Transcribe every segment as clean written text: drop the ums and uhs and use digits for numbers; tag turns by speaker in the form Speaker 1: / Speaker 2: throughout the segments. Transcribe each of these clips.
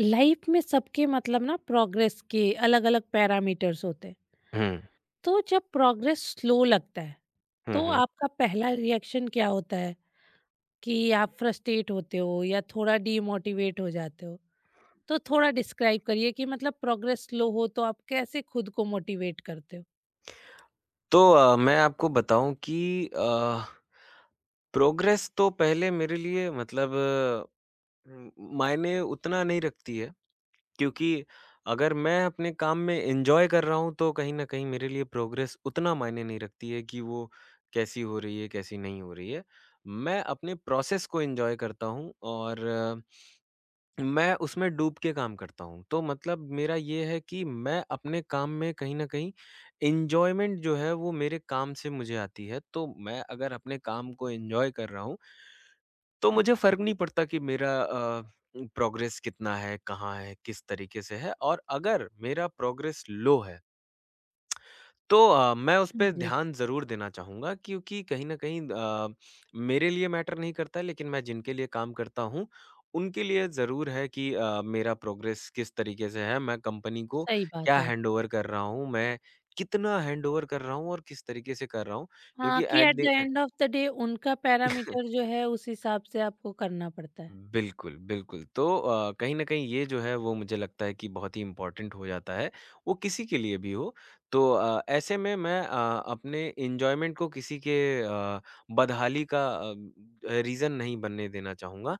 Speaker 1: Life में सबके मतलब ना प्रोग्रेस के अलग-अलग पैरामीटर्स होते हैं।
Speaker 2: हुँ।
Speaker 1: तो जब प्रोग्रेस स्लो लगता है,
Speaker 2: हुँ,
Speaker 1: तो
Speaker 2: हुँ।
Speaker 1: आपका पहला रिएक्शन क्या होता है कि आप फ्रस्ट्रेट होते हो या थोड़ा डीमोटिवेट हो जाते हो? तो थोड़ा डिस्क्राइब करिए कि मतलब प्रोग्रेस स्लो हो तो आप कैसे खुद को मोटिवेट करते हो?
Speaker 2: तो मैं आपको बताऊँ कि प्रोग्रेस तो पहले मेरे लिए मतलब उम, मायने उतना नहीं रखती है क्योंकि अगर मैं अपने काम में एन्जॉय कर रहा हूँ, तो कहीं न कहीं मेरे लिए प्रोग्रेस उतना मायने नहीं रखती है कि वो कैसी हो रही है, कैसी नहीं हो रही है। मैं अपने प्रोसेस को एन्जॉय करता हूँ और मैं उसमें डूब के काम करता हूँ। तो मतलब मेरा ये है कि मैं अपने काम में कहीं न कहीं एन्जॉयमेंट जो है वो मेरे काम से मुझे आती है। तो मैं अगर अपने काम को एन्जॉय कर रहा हूँ, तो मुझे
Speaker 1: अच्छा,
Speaker 2: फ़र्क नहीं पड़ता कि मेरा प्रोग्रेस कितना है, कहाँ है, किस तरीके से है और अगर मेरा प्रोग्रेस लो है तो मैं उस पे
Speaker 1: जी।
Speaker 2: ध्यान ज़रूर देना चाहूँगा क्योंकि कहीं न कहीं मेरे लिए मैटर नहीं करता है लेकिन मैं जिनके लिए काम करता हूँ, उनके लिए ज़रूर है कि मेरा प्रोग्रेस किस तरीके से है, मैं कंपनी को
Speaker 1: सही
Speaker 2: क्या
Speaker 1: बात है।
Speaker 2: हैंडओवर कर रहा हूँ, मैं कितना हैंडओवर कर रहा हूँ और किस तरीके से कर रहा हूँ।
Speaker 1: हाँ,
Speaker 2: क्योंकि
Speaker 1: कि
Speaker 2: at
Speaker 1: at the
Speaker 2: the
Speaker 1: end of the day उनका पैरामीटर जो है उस हिसाब से आपको करना पड़ता है।
Speaker 2: बिल्कुल, बिल्कुल। तो कहीं न कहीं ये जो है वो मुझे लगता है कि बहुत ही इम्पोर्टेंट हो जाता है, वो किसी के लिए भी हो। तो ऐसे में मैं अपने एन्जॉयमेंट को किसी के अ, बदहाली का रीज़न नहीं बनने देना चाहूँगा।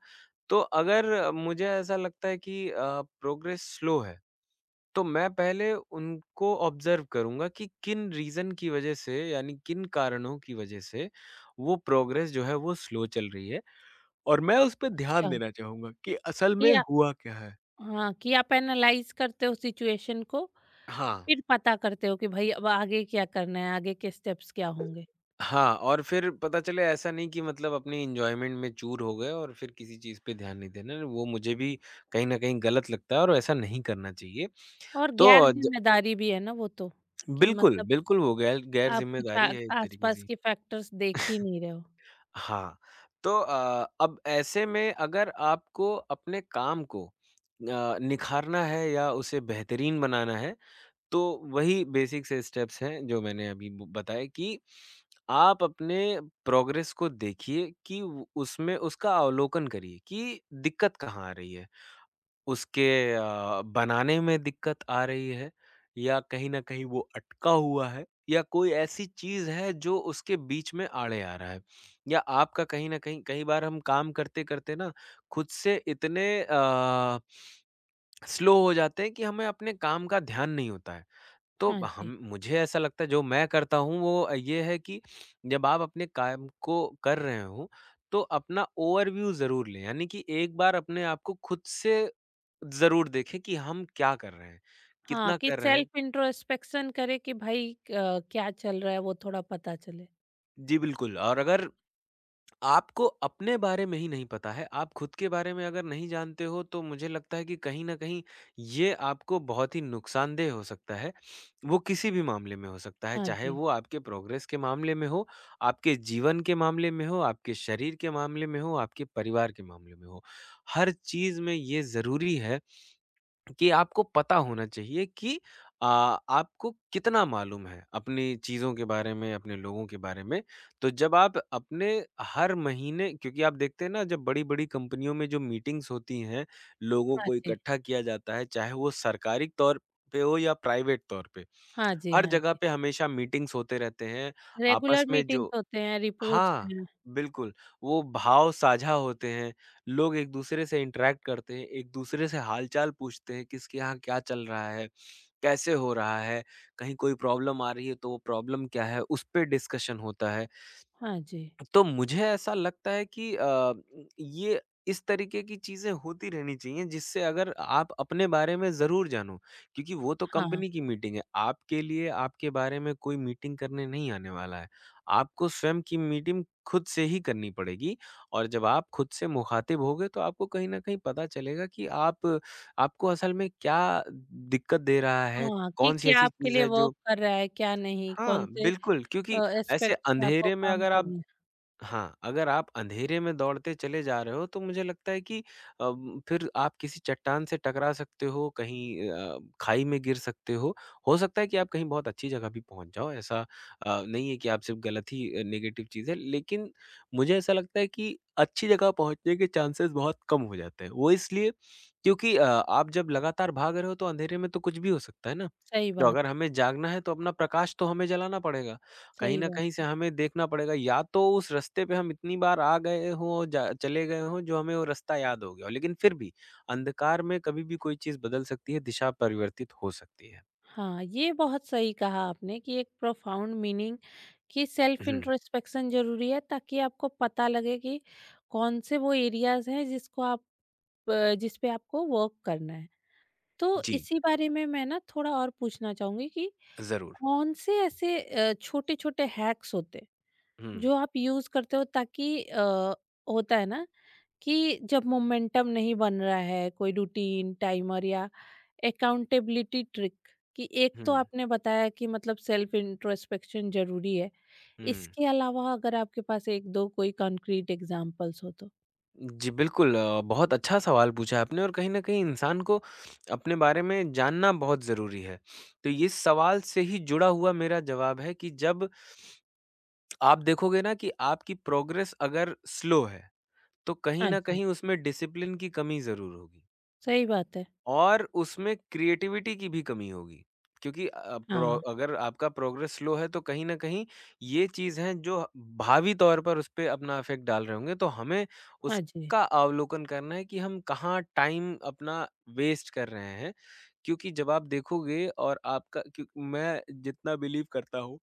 Speaker 2: तो अगर मुझे ऐसा लगता है कि प्रोग्रेस स्लो है, तो मैं पहले उनको ऑब्ज़र्व करूँगा कि किन रीज़न की वज़ह से यानी किन कारणों की वज़ह से वो प्रोग्रेस जो है वो स्लो चल रही है। और मैं उस पे ध्यान
Speaker 1: अच्छा,
Speaker 2: देना चाहूँगा कि असल
Speaker 1: कि
Speaker 2: में
Speaker 1: आप
Speaker 2: हुआ क्या है?
Speaker 1: हाँ, कि आप एनालाइज़ करते हो सिचुएशन को
Speaker 2: हाँ।
Speaker 1: फिर पता करते हो कि भाई अब आगे क्या करना है, आगे के स्टेप्स क्या होंगे।
Speaker 2: हाँ, और फिर पता चले ऐसा नहीं कि मतलब अपनी एन्जॉयमेंट में चूर हो गए और फिर किसी चीज़ पे ध्यान नहीं देना, वो मुझे भी कहीं न कहीं गलत लगता है और ऐसा नहीं करना चाहिए।
Speaker 1: और
Speaker 2: तो ज
Speaker 1: गैर-ज़िम्मेदारी भी है ना वो तो, कि
Speaker 2: बिल्कुल,
Speaker 1: मतलब
Speaker 2: बिल्कुल वो गैर
Speaker 1: आप कुछ आ
Speaker 2: गैर-ज़िम्मेदारी है एक तरीके
Speaker 1: आस-पास
Speaker 2: से।
Speaker 1: के फैक्टर्स देख ही नहीं रहे हो।
Speaker 2: हाँ, तो अब ऐसे में अगर आपको अपने काम को निखारना है या उसे बेहतरीन बनाना है, तो वही बेसिक से स्टेप्स हैं जो मैंने अभी ब बताए कि आप अपने प्रोग्रेस को देखिए कि उ उसमें उसका अवलोकन करिए कि दिक्कत कहाँ आ रही है। उसके बनाने में दिक्कत आ रही है या कहीं न कहीं वो अटका हुआ है या कोई ऐसी चीज़ है जो उसके बीच में आड़े आ रहा है या आपका कहीं न कहीं कई बार हम काम करते-करते ना खुद से इतने स्लो हो जाते हैं कि हमें अपने काम का ध्यान नहीं होता है। तो
Speaker 1: हाँ जी।
Speaker 2: हम मुझे ऐसा लगता है जो मैं करता हूँ वो ये है कि जब आप अपने काम को कर रहे हो तो अपना ओवरव्यू ज़रूर लें। यानी कि एक बार अपने आप को खुद से ज़रूर देखें कि हम क्या कर रहे हैं?
Speaker 1: हाँ,
Speaker 2: कितना
Speaker 1: कि
Speaker 2: कर रहे हैं?
Speaker 1: सेल्फ इंट्रोस्पेक्शन करे कि भाई क्या चल रहा है वो थोड़ा पता चले।
Speaker 2: जी, बिल्कुल। और अगर आपको अपने बारे में ही नहीं पता है, आप खुद के बारे में अगर नहीं जानते हो तो मुझे लगता है कि कहीं न कहीं ये आपको बहुत ही नुकसानदेह हो सकता है। वो किसी भी मामले में हो सकता है,
Speaker 1: हाँ
Speaker 2: चाहे
Speaker 1: जी,
Speaker 2: वो आपके प्रोग्रेस के मामले में हो, आपके जीवन के मामले में हो, आपके शरीर के मामले में हो, आपके परिवार के मामले में हो। हर चीज़ में ये ज़रूरी है कि आपको पता होना चाहिए कि अ, आपको कितना मालूम है अपनी चीज़ों के बारे में, अपने लोगों के बारे में। तो जब आप अपने हर महीने क्योंकि आप देखते हैं ना जब बड़ी-बड़ी कंपनियों में जो मीटिंग्स होती हैं, लोगों
Speaker 1: हाँ
Speaker 2: को
Speaker 1: जी,
Speaker 2: इकट्ठा किया जाता है, चाहे वो सरकारी तौर पे हो या प्राइवेट तौर पे।
Speaker 1: हाँ जी,
Speaker 2: हर
Speaker 1: हाँ
Speaker 2: जगह
Speaker 1: जी।
Speaker 2: पे हमेशा मीटिंग्स होते रहते हैं, आपस
Speaker 1: रेगुलर
Speaker 2: में
Speaker 1: मीटिंग्स
Speaker 2: जो
Speaker 1: होते हैं, रिपोर्ट्स
Speaker 2: हाँ,
Speaker 1: हैं।
Speaker 2: बिल्कुल, वो भाव साझा होते हैं, लोग एक-दूसरे से इंटरैक्ट करते हैं, एक-दूसरे से हाल-चाल पूछते हैं, किसके यहाँ क्या चल रहा है, कैसे हो रहा है, कहीं कोई प्रॉब्लम आ रही है तो वो प्रॉब्लम क्या है, उस पे डिस्कशन होता है।
Speaker 1: हाँ जी।
Speaker 2: तो मुझे ऐसा लगता है कि ये इस तरीके की चीज़ें होती रहनी चाहिए जिससे अगर आप अपने बारे में ज़रूर जानो क्योंकि वो तो
Speaker 1: हाँ,
Speaker 2: कंपनी की मीटिंग है। आपके लिए आपके बारे में कोई मीटिंग करने नहीं आने वाला है। आपको स्वयं की मीटिंग खुद से ही करनी पड़ेगी और जब आप खुद से मुखातिब होगे तो आपको कहीं न कहीं पता चलेगा कि आप आपको असल में क्या दिक्कत दे रहा है,
Speaker 1: हाँ, कि
Speaker 2: कौन-सी
Speaker 1: क्या
Speaker 2: ऐसी
Speaker 1: आपके
Speaker 2: चीज़
Speaker 1: लिए
Speaker 2: है जो
Speaker 1: वर्क कर रहा है, क्या नहीं,
Speaker 2: हाँ,
Speaker 1: कौन से
Speaker 2: बिल्कुल। क्योंकि ऐसे
Speaker 1: एस्पेक्ट्स में आपको
Speaker 2: अंधेरे में
Speaker 1: काम
Speaker 2: अगर आप
Speaker 1: करना है।
Speaker 2: हाँ, अगर आप अंधेरे में दौड़ते चले जा रहे हो, तो मुझे लगता है कि फिर आप किसी चट्टान से टकरा सकते हो, कहीं खाई में गिर सकते हो। हो सकता है कि आप कहीं बहुत अच्छी जगह भी पहुँच जाओ, ऐसा नहीं है कि आप सिर्फ़ गलत ही नेगेटिव चीज़ है। लेकिन मुझे ऐसा लगता है कि अच्छी जगह पहुँचने के चांसेज़ बहुत कम हो जाते हैं। वो इसलिए क्योंकि आप जब लगातार भाग रहे हो, तो अंधेरे में तो कुछ भी हो सकता है ना।
Speaker 1: सही
Speaker 2: तो
Speaker 1: बात।
Speaker 2: अगर हमें जागना है, तो अपना प्रकाश तो हमें जलाना पड़ेगा। कहीं
Speaker 1: सही
Speaker 2: न कहीं
Speaker 1: बात।
Speaker 2: से हमें देखना पड़ेगा या तो उस रास्ते पे हम इतनी बार आ गए हों, और जा चले गए हों जो हमें वो रास्ता याद हो गया हो। लेकिन फिर भी अंधकार में कभी भी कोई चीज़ बदल सकती है, दिशा परिवर्तित हो सकती है।
Speaker 1: हाँ, ये बहुत सही कहा आपने कि एक प्रोफाउंड मीनिंग कि सेल्फ
Speaker 2: हुँ।
Speaker 1: इंट्रोस्पेक्शन ज़रूरी है ताकि आपको पता लगे कि कौन से वो एरियाज़ हैं जिसको आप जिस पे आपको वर्क करना है। तो
Speaker 2: जी,
Speaker 1: इसी बारे में मैं ना थोड़ा और पूछना चाहूँगी कि
Speaker 2: ज़रूर।
Speaker 1: कौन से ऐसे छोटे-छोटे हैक्स होते हैं
Speaker 2: हुँ,
Speaker 1: जो आप यूज़ करते हो ताकि होता है ना कि जब मोमेंटम नहीं बन रहा है कोई रूटीन टाइमर या अकाउंटेबिलिटी ट्रिक कि एक
Speaker 2: हुँ,
Speaker 1: तो आपने बताया कि मतलब सेल्फ इंट्रोस्पेक्शन जरूरी है
Speaker 2: हुँ।
Speaker 1: इसके अलावा अगर आपके पास एक दो कोई कंक्रीट एग्जांपल्स हो तो
Speaker 2: जी, बिल्कुल। बहुत अच्छा सवाल पूछा आपने और कहीं न कहीं इंसान को अपने बारे में जानना बहुत ज़रूरी है। तो इस सवाल से ही जुड़ा हुआ मेरा जवाब है कि जब आप देखोगे ना कि आपकी प्रोग्रेस अगर स्लो है तो कहीं
Speaker 1: हाँ
Speaker 2: न
Speaker 1: जी।
Speaker 2: कहीं उसमें डिसिप्लिन की कमी ज़रूर होगी
Speaker 1: सही बात है।
Speaker 2: और उसमें क्रिएटिविटी की भी कमी होगी क्योंकि अ, प्रो
Speaker 1: हाँ।
Speaker 2: अगर आपका प्रोग्रेस स्लो है तो कहीं न कहीं ये चीज़ हैं जो भावी तौर पर उसपे अपना इफ़ेक्ट डाल रहे होंगे। तो हमें
Speaker 1: हाँ जी।
Speaker 2: उसका अवलोकन करना है कि हम कहाँ टाइम अपना वेस्ट कर रहे हैं क्योंकि जब आप देखोगे और आपका क्यों मैं जितना बिलीव करता हूँ,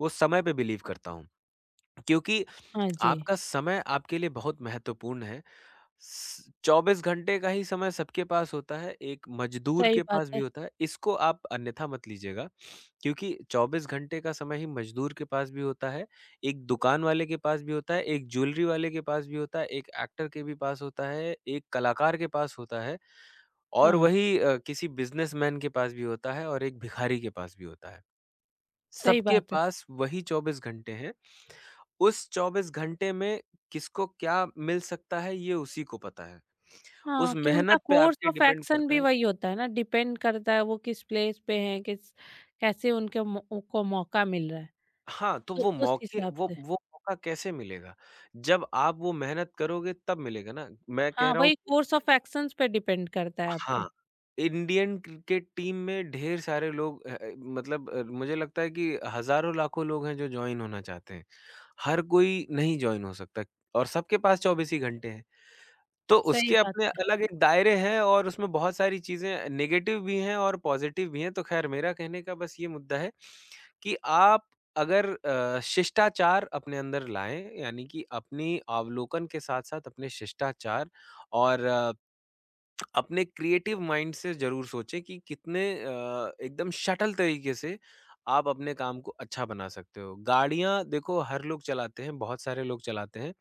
Speaker 2: वो समय पे बिलीव करता हूँ क्योंकि
Speaker 1: हाँ जी।
Speaker 2: आपका समय आपके लिए बहुत महत्वपूर्ण है। स 24 घंटे का ही समय सबके पास होता है, एक मज़दूर
Speaker 1: सही
Speaker 2: के
Speaker 1: बात
Speaker 2: पास भी
Speaker 1: है।
Speaker 2: होता है, इसको आप अन्यथा मत लीजिएगा क्योंकि 24 घंटे का समय ही मज़दूर के पास भी होता है, एक दुकान वाले के पास भी होता है, एक ज्वेलरी वाले के पास भी होता है, एक एक्टर के भी पास होता है, एक कलाकार के पास होता है और
Speaker 1: हाँ।
Speaker 2: वही किसी बिज़नेसमैन के पास भी होता है और एक भिखारी के पास भी होता है।
Speaker 1: सही
Speaker 2: सबके
Speaker 1: बात है।
Speaker 2: पास वही 24 घंटे हैं। उस 24 घंटे में किसको क्या मिल सकता है ये उसी को पता है। उस
Speaker 1: हाँ, कि उनका
Speaker 2: मेहनत पे
Speaker 1: कोर्स
Speaker 2: आपके
Speaker 1: ऑफ
Speaker 2: डिपेंड
Speaker 1: एक्शन
Speaker 2: करता
Speaker 1: भी
Speaker 2: है।
Speaker 1: वही होता है ना, डिपेंड करता है वो किस प्लेस पे हैं, किस कैसे उनके को मौका मिल रहा है,
Speaker 2: हाँ, तो
Speaker 1: तो
Speaker 2: वो
Speaker 1: उस
Speaker 2: मौके
Speaker 1: हिसाब
Speaker 2: वो
Speaker 1: से
Speaker 2: वो मौका कैसे मिलेगा? जब आप वो मेहनत करोगे तब मिलेगा ना। मैं कह
Speaker 1: हाँ,
Speaker 2: रहा हूँ
Speaker 1: वही कोर्स ऑफ एक्शंस पे डिपेंड करता है आपके।
Speaker 2: हाँ, इंडियन क्रिकेट टीम में ढेर सारे लोग मतलब मुझे लगता है कि हज़ारों लाखों लोग हैं जो जॉइन होना चाहते हैं। हर कोई नहीं जॉइन हो सकता और सबके पास 24 ही घंटे हैं। तो
Speaker 1: सही
Speaker 2: उसके
Speaker 1: बात
Speaker 2: अपने
Speaker 1: है।
Speaker 2: अलग एक दायरे हैं और उसमें बहुत सारी चीज़ें नेगेटिव भी हैं और पॉज़िटिव भी हैं। तो ख़ैर मेरा कहने का बस ये मुद्दा है कि आप अगर शिष्टाचार अपने अंदर लाएँ, यानी कि अपनी अवलोकन के साथ-साथ अपने शिष्टाचार और अपने क्रिएटिव माइंड से ज़रूर सोचें कि कितने एकदम शटल तरीके से आप अपने काम को अच्छा बना सकते हो। गाड़ियाँ देखो हर लोग चलाते हैं, बहुत सारे लोग चलाते हैं।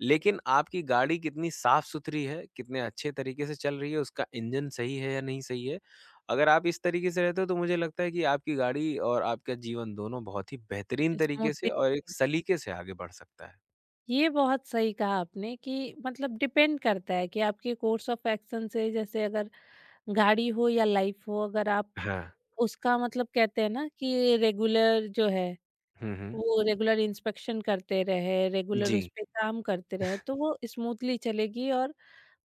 Speaker 2: लेकिन आपकी गाड़ी कितनी साफ-सुथरी है, कितने अच्छे तरीके से चल रही है, उसका इंजन सही है या नहीं सही है। अगर आप इस तरीके से रहते हो तो मुझे लगता है कि आपकी गाड़ी और आपका जीवन दोनों बहुत ही बेहतरीन तरीके से
Speaker 1: स्मूथली।
Speaker 2: और एक सलीके से आगे बढ़ सकता है।
Speaker 1: ये बहुत सही कहा आपने कि मतलब डिपेंड करता है कि आपके कोर्स ऑफ एक्शन से जैसे अगर गाड़ी हो या लाइफ हो अगर आप
Speaker 2: हाँ।
Speaker 1: उसका मतलब कहते हैं ना कि रेगुलर जो है
Speaker 2: हुँ, हुँ।
Speaker 1: वो रेगुलर इंस्पेक्शन करते रहे, रेगुलर
Speaker 2: जी।
Speaker 1: उस पे काम करते रहे तो वो स्मूथली चलेगी और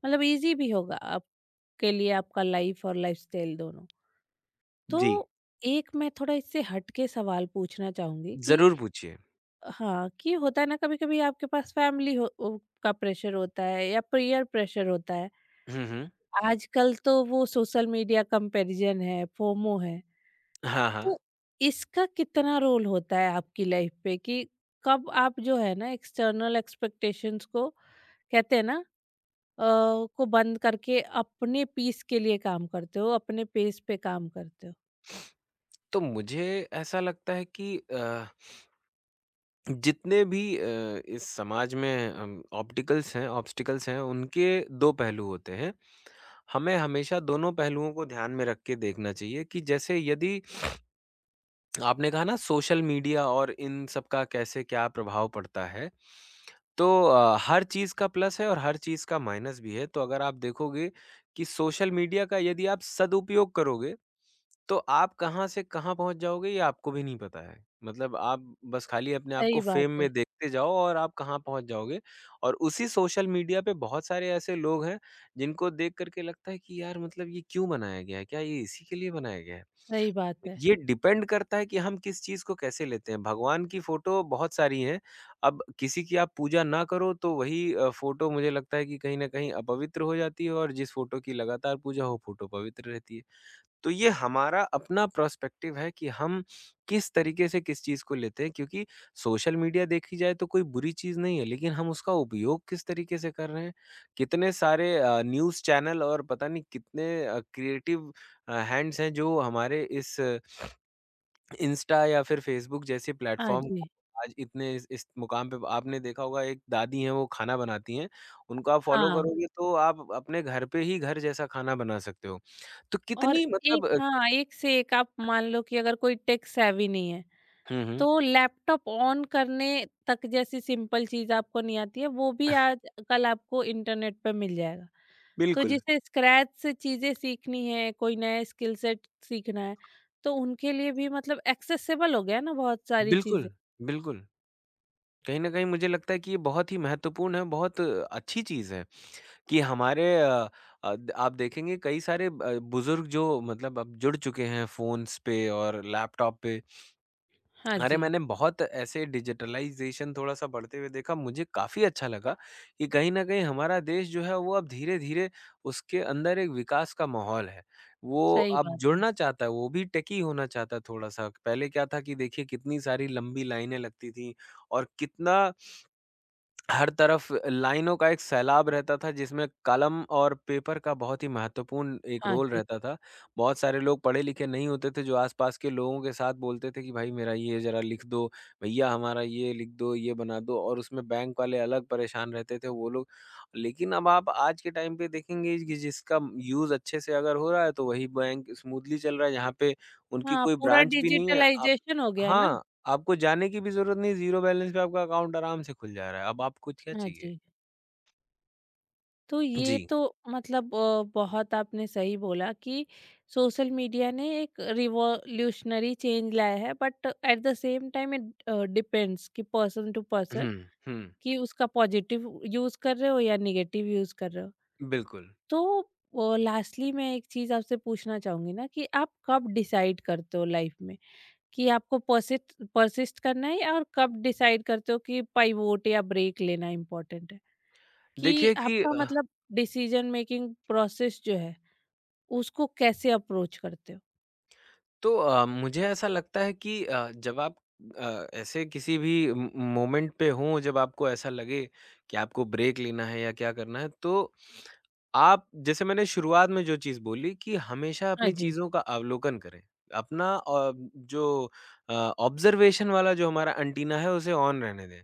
Speaker 1: मतलब ईज़ी भी होगा आपके लिए आपका लाइफ और लाइफस्टाइल दोनों। तो
Speaker 2: जी।
Speaker 1: एक मैं थोड़ा इससे हट के सवाल पूछना चाहूंगी कि
Speaker 2: ज़रूर पूछिए।
Speaker 1: हाँ, कि होता है ना कभी कभी आपके पास फैमिली हो का प्रेशर होता है या पीयर प्रेशर होता है,
Speaker 2: हुँ, हुँ।
Speaker 1: आजकल तो वो सोशल मीडिया कंपैरिजन है, फोमो है,
Speaker 2: हाँ,
Speaker 1: तो
Speaker 2: हाँ।
Speaker 1: इसका कितना रोल होता है आपकी लाइफ पे कि कब आप जो है ना एक्सटर्नल एक्सपेक्टेशंस को कहते हैं ना अ, को बंद करके अपने पीस के लिए काम करते हो अपने पेस पे काम करते हो।
Speaker 2: तो मुझे ऐसा लगता है कि जितने भी इस समाज में ऑप्टिकल्स हैं ऑब्स्टिकल्स हैं उनके 2 पहलू होते हैं। हमें हमेशा दोनों पहलुओं को ध्यान में रख के देखना चाहिए कि जैसे यदि आपने कहा ना सोशल मीडिया और इन सब का कैसे क्या प्रभाव पड़ता है। तो हर चीज़ का प्लस है और हर चीज़ का माइनस भी है। तो अगर आप देखोगे कि सोशल मीडिया का यदि आप सदुपयोग करोगे तो आप कहाँ से कहाँ पहुँच जाओगे ये आपको भी नहीं पता है। मतलब आप बस खाली अपने आप को
Speaker 1: सही बात
Speaker 2: फ़ेम
Speaker 1: है।
Speaker 2: में देखते जाओ और आप कहाँ पहुँच जाओगे और उसी सोशल मीडिया पे बहुत सारे ऐसे लोग हैं, जिनको देख कर के लगता है कि यार मतलब ये क्यों बनाया गया है? क्या ये इसी के लिए बनाया गया है?
Speaker 1: सही बात है।
Speaker 2: ये डिपेंड करता है कि हम किस चीज़ को कैसे लेते हैं। भगवान की फ़ोटो बहुत सारी हैं, अब किसी की आप पूजा ना करो तो वही फ़ोटो मुझे लगता है कि कहीं न कहीं अपवित्र हो जाती है और जिस फ़ोटो की लगातार पूजा हो, फ़ोटो पवित्र रहती है। तो ये हमारा अपना पर्सपेक्टिव है कि हम किस तरीके से किस चीज़ को लेते हैं क्योंकि सोशल मीडिया देखी जाए तो कोई बुरी चीज़ नहीं है लेकिन हम उसका उपयोग किस तरीके से कर रहे हैं। कितने सारे न्यूज़ चैनल और पता नहीं कितने क्रिएटिव हैंड्स हैं जो हमारे इस इंस्टा या फिर फेसबुक जैसे
Speaker 1: हाँ
Speaker 2: प्लेटफॉर्म को
Speaker 1: जी।
Speaker 2: आज इतने इस मुकाम पे आपने देखा होगा। एक दादी हैं वो खाना बनाती हैं, उनको आप फॉलो
Speaker 1: हाँ,
Speaker 2: करोगे तो आप अपने घर पे ही घर जैसा खाना बना सकते हो। तो
Speaker 1: और
Speaker 2: कितनी मतलब
Speaker 1: एक हाँ, एक से एक आप मान लो कि अगर कोई टेक सेवी नहीं है,
Speaker 2: हुँ, हुँ।
Speaker 1: तो लैपटॉप ऑन करने तक जैसी सिंपल चीज़ आपको नहीं आती है, वो भी आज-कल आपको इंटरनेट पे मिल जाएगा। तो
Speaker 2: बिल्कुल।
Speaker 1: जिसे स्क्रैच से चीज़ें सीखनी है, कोई नया स्किल सेट सीखना है, तो उनके लिए भी मतलब एक्सेसिबल हो गया ना बहुत सारी
Speaker 2: बिल्कुल,
Speaker 1: चीज़ें।
Speaker 2: बिल्कुल। कहीं न कहीं मुझे लगता है कि ये बहुत ही महत्वपूर्ण है, बहुत अच्छी चीज़ है कि हमारे अ अ, द आप देखेंगे कई सारे ब बुज़ुर्ग जो मतलब अब जुड़ चुके हैं फ़ोन्स पे और लैपटॉप पे।
Speaker 1: हाँ
Speaker 2: अरे,
Speaker 1: जी,
Speaker 2: मैंने बहुत ऐसे डिजिटलाइज़ेशन थोड़ा-सा बढ़ते हुए देखा, मुझे काफ़ी अच्छा लगा कि कहीं न कहीं हमारा देश जो है वो अब धीरे-धीरे उसके अंदर एक विकास का माहौल है। वो
Speaker 1: सही
Speaker 2: अब
Speaker 1: बात है।
Speaker 2: जुड़ना चाहता है, वो भी टेकी होना चाहता है थोड़ा-सा। पहले क्या था कि देखिए कितनी सारी लंबी लाइनें लगती थीं और कितना हर तरफ लाइनों का एक सैलाब रहता था जिसमें कलम और पेपर का बहुत ही महत्वपूर्ण एक
Speaker 1: हाँ
Speaker 2: रोल
Speaker 1: जी।
Speaker 2: रहता था। बहुत सारे लोग पढ़े लिखे नहीं होते थे जो आस-पास के लोगों के साथ बोलते थे कि भाई मेरा ये ज़रा लिख दो, भैया हमारा ये लिख दो, ये बना दो और उसमें बैंक वाले अलग परेशान रहते थे वो लोग। लेकिन अब आप आज के टाइम पे देखेंगे कि जिसका यूज़ अच्छे से अगर हो रहा है तो वही बैंक स्मूथली चल रहा है, जहाँ पे उनकी
Speaker 1: हाँ,
Speaker 2: कोई
Speaker 1: पूरा
Speaker 2: ब्रांच भी नहीं है। आप
Speaker 1: डिजिटलाइज़ेशन हो गया है ना।
Speaker 2: हाँ। आपको जाने की भी ज़रूरत नहीं, ज़ीरो बैलेंस पे आपका अकाउंट आराम से खुल जा रहा है, अब आपको क्या
Speaker 1: हाँ
Speaker 2: चाहिए?
Speaker 1: जी। तो ये
Speaker 2: जी।
Speaker 1: तो मतलब बहुत आपने सही बोला कि सोशल मीडिया ने एक रिवॉल्यूशनरी चेंज लाया है but at the same time it depends कि person to person,
Speaker 2: hmm, hmm,
Speaker 1: कि उसका पॉजिटिव यूज कर रहे हो या निगेटिव यूज कर रहे हो।
Speaker 2: बिल्कुल।
Speaker 1: तो लास्टली मैं एक चीज आपसे पूछना चाहूंगी ना कि आप कब डिसाइड करते हो लाइफ में कि आपको परसिस्ट परसिस्ट करना है और कब डिसाइड करते हो कि पाइवोट या ब्रेक लेना इम्पोर्टेंट है, कि
Speaker 2: देखिए कि
Speaker 1: आपका
Speaker 2: अ
Speaker 1: मतलब डिसीजन मेकिंग प्रोसेस जो है, उसको कैसे अप्रोच करते हो?
Speaker 2: तो मुझे ऐसा लगता है कि जब आप ऐसे किसी भी मोमेंट पे हों जब आपको ऐसा लगे कि आपको ब्रेक लेना है या क्या करना है तो आप जैसे मैंने शुरुआत में जो चीज़ बोली कि हमेशा
Speaker 1: हाँ
Speaker 2: अपनी
Speaker 1: जी।
Speaker 2: चीज़ों का अवलोकन करें। अपना जो ऑब्जर्वेशन वाला जो हमारा अंटीना है उसे ऑन रहने दें,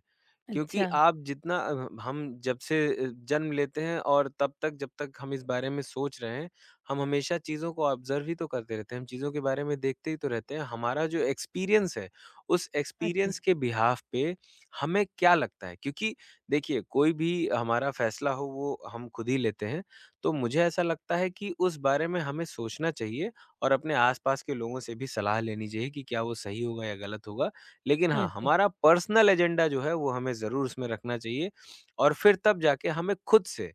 Speaker 2: क्योंकि
Speaker 1: अच्छा,
Speaker 2: आप जितना अ, हम जब से जन्म लेते हैं और तब तक जब तक हम इस बारे में सोच रहे हैं हम हमेशा चीज़ों को ऑब्ज़र्व ही तो करते रहते हैं, हम चीज़ों के बारे में देखते ही तो रहते हैं। हमारा जो एक्सपीरियंस है, उस
Speaker 1: हाँ जी,
Speaker 2: एक्सपीरियंस के बिहाफ़ पे हमें क्या लगता है? क्योंकि देखिए, कोई भी हमारा फ़ैसला हो, वो हम खुद ही लेते हैं। तो मुझे ऐसा लगता है कि उस बारे में हमें सोचना चाहिए और अपने आस-पास के लोगों से भी सलाह लेनी चाहिए कि क्या वो सही होगा या गलत होगा। लेकिन
Speaker 1: हाँ
Speaker 2: हाँ,
Speaker 1: जी।
Speaker 2: हमारा पर्सनल एजेंडा जो है, वो हमें ज़रूर उसमें रखना चाहिए और फिर तब जाके हमें खुद से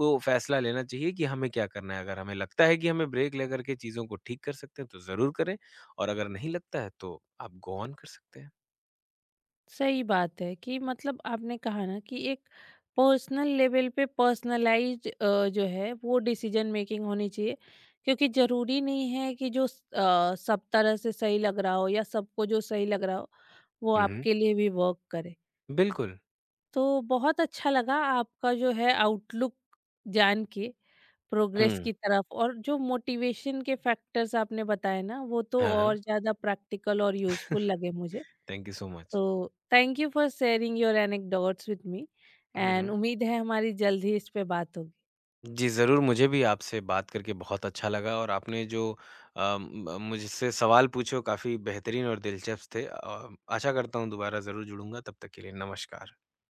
Speaker 2: वो फैसला लेना चाहिए कि हमें क्या करना है। अगर हमें लगता है कि हमें ब्रेक लेकर के चीज़ों को ठीक कर सकते हैं, तो ज़रूर करें और अगर नहीं लगता है तो आप गो ऑन कर सकते हैं।
Speaker 1: सही बात है कि मतलब आपने कहा ना कि एक पर्सनल लेवल पे पर्सनलाइज़्ड जो है वो डिसीजन मेकिंग होनी चाहिए, क्योंकि ज़रूरी नहीं है कि जो सब तरह से सही लग रहा हो या सबको जो सही लग रहा हो, वो
Speaker 2: हुँ, हुँ।
Speaker 1: आपके लिए भी वर्क करे।
Speaker 2: बिल्कुल।
Speaker 1: तो बहुत अच्छा लगा आपका जो है आउटलुक जान के प्रोग्रेस
Speaker 2: हुँ।
Speaker 1: की तरफ और जो मोटिवेशन के फैक्टर्स आपने बताए ना वो तो
Speaker 2: हाँ, हाँ।
Speaker 1: और ज़्यादा प्रैक्टिकल और यूज़फुल लगे मुझे।
Speaker 2: Thank you so much.
Speaker 1: तो thank you for sharing your anecdotes with me
Speaker 2: hmm,
Speaker 1: and
Speaker 2: hmm.
Speaker 1: उम्मीद है हमारी जल्द ही इस पे बात होगी।
Speaker 2: जी, ज़रूर मुझे भी आपसे बात करके बहुत अच्छा लगा और आपने जो अ, म मुझसे सवाल पूछे वो काफ़ी बेहतरीन और दिलचस्प थे। आशा करता हूँ दोबारा ज़रूर जुड़ूँगा, तब तक के लिए नमस्कार।